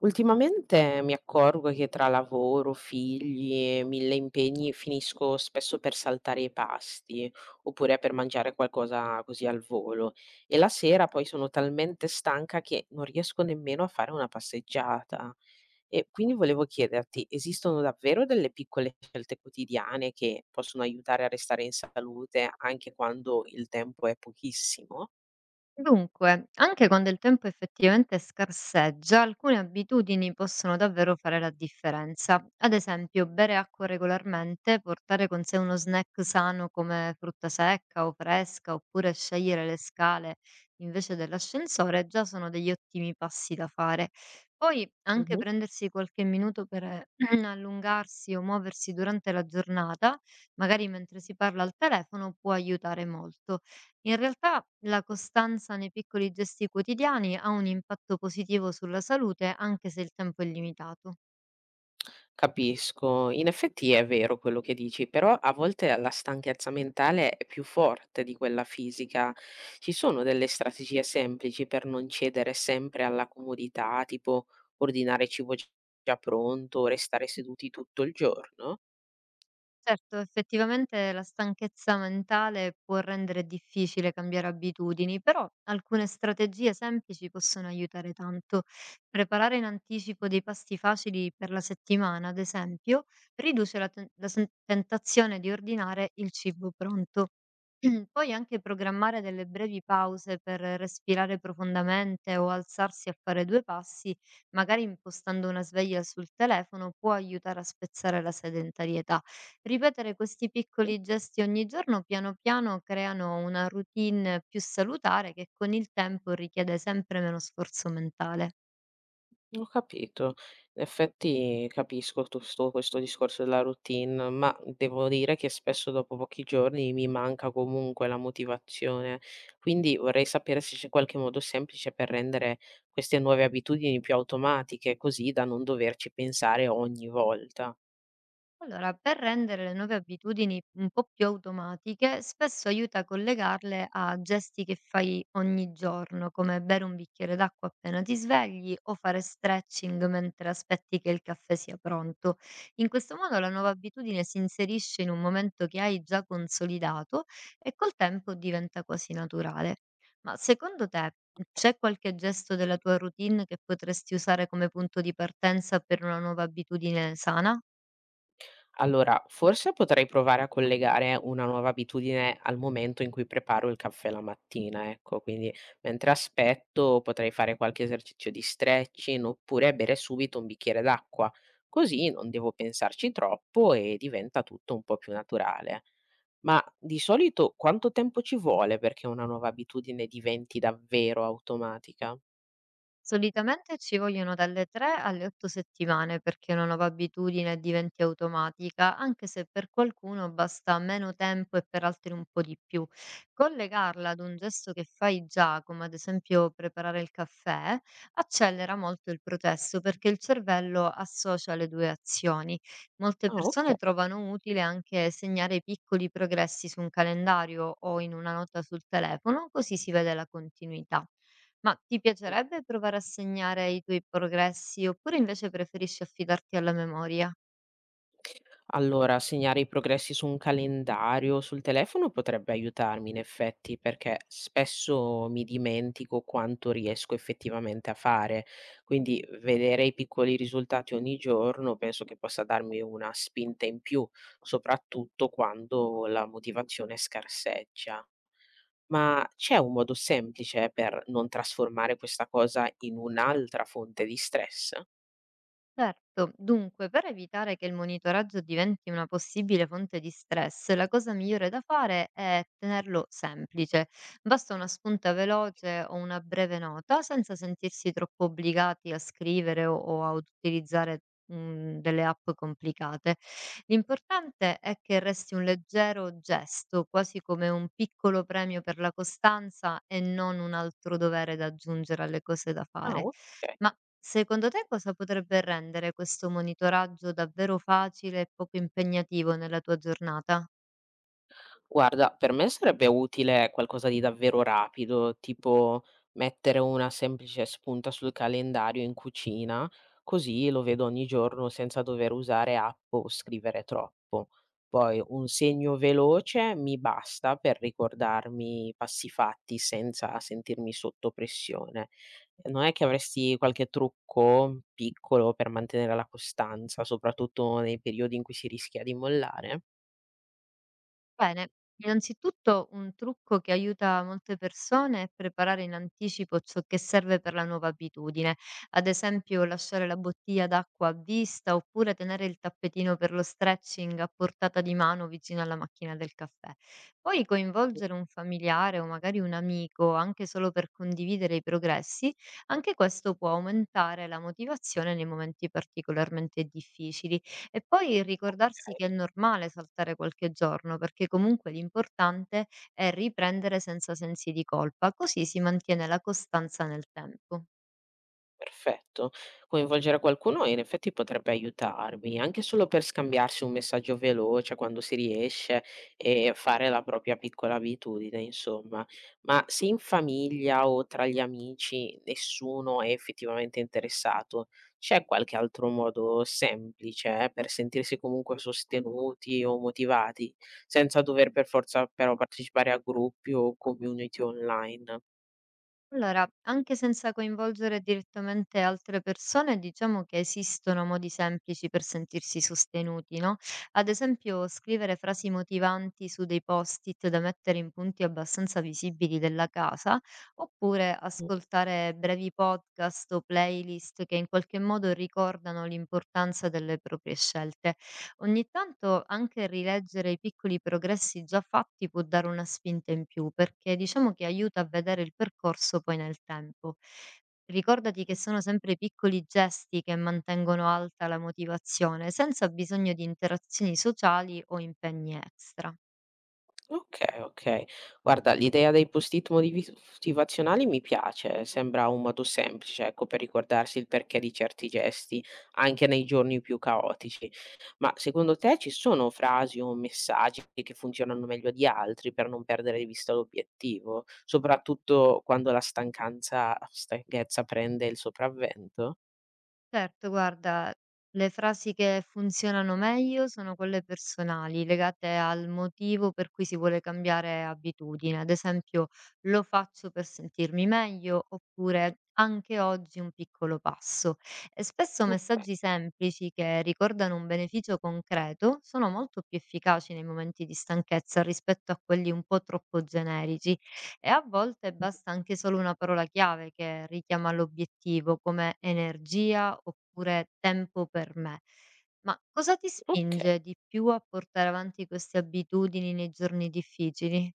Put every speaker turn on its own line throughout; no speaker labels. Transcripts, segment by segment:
Ultimamente mi accorgo che tra lavoro, figli e mille impegni finisco spesso per saltare i pasti oppure per mangiare qualcosa così al volo e la sera poi sono talmente stanca che non riesco nemmeno a fare una passeggiata. E quindi volevo chiederti, esistono davvero delle piccole scelte quotidiane che possono aiutare a restare in salute anche quando il tempo è pochissimo?
Dunque, anche quando il tempo effettivamente scarseggia, alcune abitudini possono davvero fare la differenza. Ad esempio, bere acqua regolarmente, portare con sé uno snack sano come frutta secca o fresca, oppure scegliere le scale invece dell'ascensore, già sono degli ottimi passi da fare. Poi anche prendersi qualche minuto per allungarsi o muoversi durante la giornata, magari mentre si parla al telefono, può aiutare molto. In realtà la costanza nei piccoli gesti quotidiani ha un impatto positivo sulla salute anche se il tempo è limitato.
Capisco, in effetti è vero quello che dici, però a volte la stanchezza mentale è più forte di quella fisica. Ci sono delle strategie semplici per non cedere sempre alla comodità, tipo ordinare cibo già pronto, restare seduti tutto il giorno?
Certo, effettivamente la stanchezza mentale può rendere difficile cambiare abitudini, però alcune strategie semplici possono aiutare tanto. Preparare in anticipo dei pasti facili per la settimana, ad esempio, riduce la tentazione di ordinare il cibo pronto. Poi anche programmare delle brevi pause per respirare profondamente o alzarsi a fare due passi, magari impostando una sveglia sul telefono, può aiutare a spezzare la sedentarietà. Ripetere questi piccoli gesti ogni giorno piano piano creano una routine più salutare che con il tempo richiede sempre meno sforzo mentale.
Ho capito. In effetti capisco tu sto questo discorso della routine, ma devo dire che spesso dopo pochi giorni mi manca comunque la motivazione. Quindi vorrei sapere se c'è qualche modo semplice per rendere queste nuove abitudini più automatiche, così da non doverci pensare ogni volta.
Allora, per rendere le nuove abitudini un po' più automatiche, spesso aiuta a collegarle a gesti che fai ogni giorno, come bere un bicchiere d'acqua appena ti svegli o fare stretching mentre aspetti che il caffè sia pronto. In questo modo la nuova abitudine si inserisce in un momento che hai già consolidato e col tempo diventa quasi naturale. Ma secondo te c'è qualche gesto della tua routine che potresti usare come punto di partenza per una nuova abitudine sana?
Allora, forse potrei provare a collegare una nuova abitudine al momento in cui preparo il caffè la mattina, ecco, quindi mentre aspetto potrei fare qualche esercizio di stretching oppure bere subito un bicchiere d'acqua, così non devo pensarci troppo e diventa tutto un po' più naturale. Ma di solito quanto tempo ci vuole perché una nuova abitudine diventi davvero automatica?
Solitamente ci vogliono dalle 3 alle 8 settimane perché una nuova abitudine diventi automatica, anche se per qualcuno basta meno tempo e per altri un po' di più. Collegarla ad un gesto che fai già, come ad esempio preparare il caffè, accelera molto il processo perché il cervello associa le due azioni. Molte
Ah, ok.
persone trovano utile anche segnare piccoli progressi su un calendario o in una nota sul telefono, così si vede la continuità. Ma ti piacerebbe provare a segnare i tuoi progressi oppure invece preferisci affidarti alla memoria?
Allora, segnare i progressi su un calendario o sul telefono potrebbe aiutarmi in effetti, perché spesso mi dimentico quanto riesco effettivamente a fare. Quindi vedere i piccoli risultati ogni giorno penso che possa darmi una spinta in più, soprattutto quando la motivazione scarseggia. Ma c'è un modo semplice per non trasformare questa cosa in un'altra fonte di stress?
Certo, dunque per evitare che il monitoraggio diventi una possibile fonte di stress, la cosa migliore da fare è tenerlo semplice. Basta una spunta veloce o una breve nota senza sentirsi troppo obbligati a scrivere o a utilizzare delle app complicate. L'importante è che resti un leggero gesto, quasi come un piccolo premio per la costanza e non un altro dovere da aggiungere alle cose da
Ah,
fare.
ok.
Ma secondo te cosa potrebbe rendere questo monitoraggio davvero facile e poco impegnativo nella tua giornata?
Guarda, per me sarebbe utile qualcosa di davvero rapido, tipo mettere una semplice spunta sul calendario in cucina, così lo vedo ogni giorno senza dover usare app o scrivere troppo. Poi un segno veloce mi basta per ricordarmi i passi fatti senza sentirmi sotto pressione. Non è che avresti qualche trucco piccolo per mantenere la costanza, soprattutto nei periodi in cui si rischia di mollare?
Bene, innanzitutto un trucco che aiuta molte persone è preparare in anticipo ciò che serve per la nuova abitudine, ad esempio lasciare la bottiglia d'acqua a vista oppure tenere il tappetino per lo stretching a portata di mano vicino alla macchina del caffè. Poi coinvolgere un familiare o magari un amico anche solo per condividere i progressi, anche questo può aumentare la motivazione nei momenti particolarmente difficili. E poi ricordarsi che è normale saltare qualche giorno, perché comunque l'importante è riprendere senza sensi di colpa, così si mantiene la costanza nel tempo.
Perfetto. Coinvolgere qualcuno in effetti potrebbe aiutarvi, anche solo per scambiarsi un messaggio veloce quando si riesce e fare la propria piccola abitudine, insomma. Ma se in famiglia o tra gli amici nessuno è effettivamente interessato, c'è qualche altro modo semplice, per sentirsi comunque sostenuti o motivati, senza dover per forza però partecipare a gruppi o community online?
Allora, anche senza coinvolgere direttamente altre persone, diciamo che esistono modi semplici per sentirsi sostenuti, no? Ad esempio, scrivere frasi motivanti su dei post-it da mettere in punti abbastanza visibili della casa, oppure ascoltare brevi podcast o playlist che in qualche modo ricordano l'importanza delle proprie scelte. Ogni tanto anche rileggere i piccoli progressi già fatti può dare una spinta in più, perché diciamo che aiuta a vedere il percorso poi nel tempo. Ricordati che sono sempre i piccoli gesti che mantengono alta la motivazione, senza bisogno di interazioni sociali o impegni extra.
Okay, okay. Guarda, l'idea dei post-it modivi motivazionali mi piace, sembra un modo semplice, ecco, per ricordarsi il perché di certi gesti, anche nei giorni più caotici. Ma secondo te ci sono frasi o messaggi che funzionano meglio di altri per non perdere di vista l'obiettivo, soprattutto quando la stancanza stanchezza prende il sopravvento?
Certo, guarda, le frasi che funzionano meglio sono quelle personali, legate al motivo per cui si vuole cambiare abitudine. Ad esempio, lo faccio per sentirmi meglio, oppure anche oggi un piccolo passo. E spesso
Okay,
messaggi semplici che ricordano un beneficio concreto sono molto più efficaci nei momenti di stanchezza rispetto a quelli un po' troppo generici. E a volte
mh,
basta anche solo una parola chiave che richiama l'obiettivo, come energia oppure tempo per me. Ma cosa ti
okay.
spinge di più a portare avanti queste abitudini nei giorni difficili?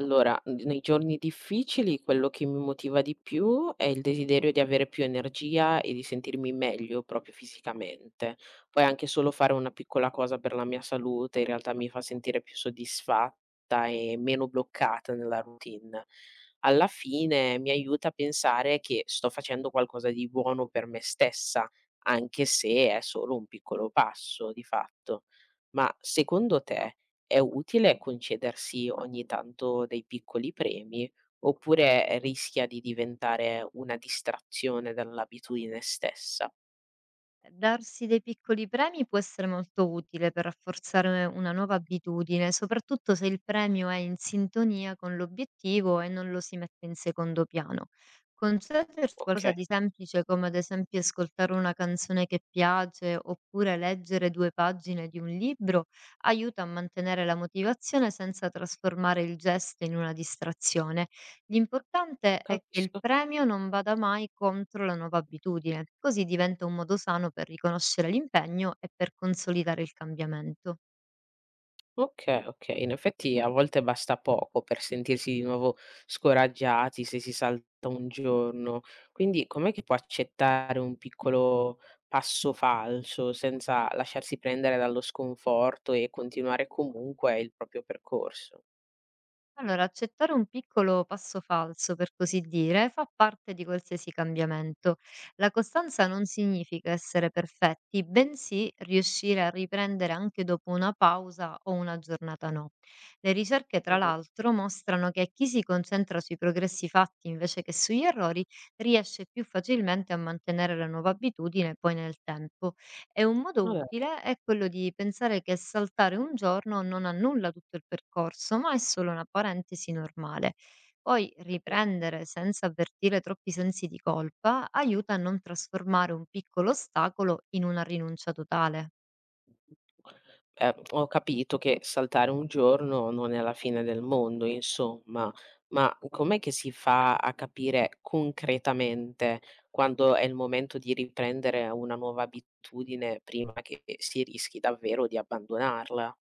Allora, n nei giorni difficili quello che mi motiva di più è il desiderio di avere più energia e di sentirmi meglio proprio fisicamente. Poi anche solo fare una piccola cosa per la mia salute in realtà mi fa sentire più soddisfatta e meno bloccata nella routine. Alla fine mi aiuta a pensare che sto facendo qualcosa di buono per me stessa, anche se è solo un piccolo passo di fatto. Ma secondo te è utile concedersi ogni tanto dei piccoli premi oppure rischia di diventare una distrazione dall'abitudine stessa?
Darsi dei piccoli premi può essere molto utile per rafforzare una nuova abitudine, soprattutto se il premio è in sintonia con l'obiettivo e non lo si mette in secondo piano. Concedersi qualcosa
Okay,
di semplice, come ad esempio ascoltare una canzone che piace oppure leggere due pagine di un libro, aiuta a mantenere la motivazione senza trasformare il gesto in una distrazione. L'importante è che il
capisco.
premio non vada mai contro la nuova abitudine, così diventa un modo sano per riconoscere l'impegno e per consolidare il cambiamento.
Okay, okay, in effetti a volte basta poco per sentirsi di nuovo scoraggiati se si salta un giorno. Quindi com'è che può accettare un piccolo passo falso senza lasciarsi prendere dallo sconforto e continuare comunque il proprio percorso?
Allora, accettare un piccolo passo falso, per così dire, fa parte di qualsiasi cambiamento. La costanza non significa essere perfetti, bensì riuscire a riprendere anche dopo una pausa o una giornata no. Le ricerche, tra
Mh-mh.
l'altro, mostrano che chi si concentra sui progressi fatti invece che sugli errori riesce più facilmente a mantenere la nuova abitudine poi nel tempo. E un modo
Va be.
utile è quello di pensare che saltare un giorno non annulla tutto il percorso, ma è solo una parentesi normale. Poi riprendere senza avvertire troppi sensi di colpa aiuta a non trasformare un piccolo ostacolo in una rinuncia totale.
Ho capito che saltare un giorno non è la fine del mondo, insomma, ma com'è che si fa a capire concretamente quando è il momento di riprendere una nuova abitudine prima che si rischi davvero di abbandonarla?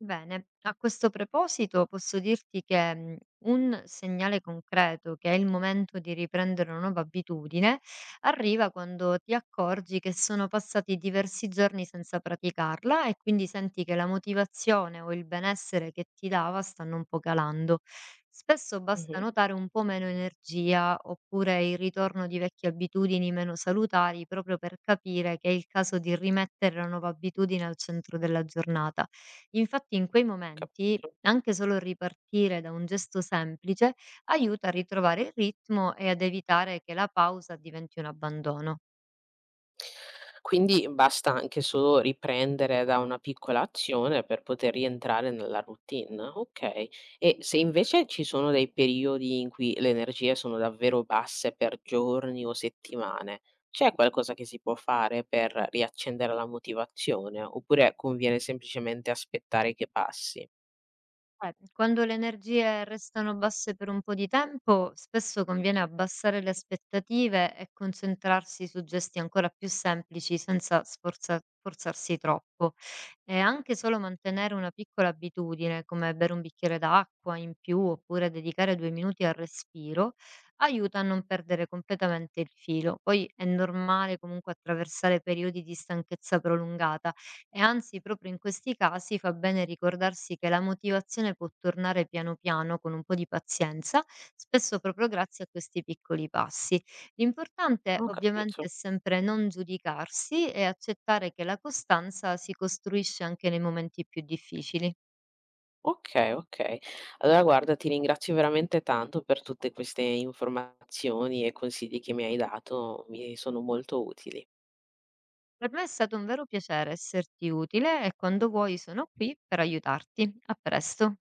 Bene, a questo proposito posso dirti che un segnale concreto che è il momento di riprendere una nuova abitudine arriva quando ti accorgi che sono passati diversi giorni senza praticarla e quindi senti che la motivazione o il benessere che ti dava stanno un po' calando. Spesso basta
Mh-mh.
notare un po' meno energia oppure il ritorno di vecchie abitudini meno salutari proprio per capire che è il caso di rimettere la nuova abitudine al centro della giornata. Infatti in quei momenti,
Capito.
anche solo ripartire da un gesto semplice, aiuta a ritrovare il ritmo e ad evitare che la pausa diventi un abbandono.
Quindi basta anche solo riprendere da una piccola azione per poter rientrare nella routine, okay. E se invece ci sono dei periodi in cui le energie sono davvero basse per giorni o settimane, c'è qualcosa che si può fare per riaccendere la motivazione, oppure conviene semplicemente aspettare che passi?
Quando le energie restano basse per un po' di tempo, spesso conviene abbassare le aspettative e concentrarsi su gesti ancora più semplici senza forzarsi troppo. E anche solo mantenere una piccola abitudine, come bere un bicchiere d'acqua in più oppure dedicare due minuti al respiro, aiuta a non perdere completamente il filo. Poi è normale comunque attraversare periodi di stanchezza prolungata e anzi, proprio in questi casi fa bene ricordarsi che la motivazione può tornare piano piano con un po' di pazienza, spesso proprio grazie a questi piccoli passi. L'importante
Non Ho
ovviamente è
capito.
sempre non giudicarsi e accettare che la costanza si costruisce anche nei momenti più difficili.
Okay, okay. Allora guarda, ti ringrazio veramente tanto per tutte queste informazioni e consigli che mi hai dato, mi sono molto utili.
Per me è stato un vero piacere esserti utile e quando vuoi sono qui per aiutarti. A presto.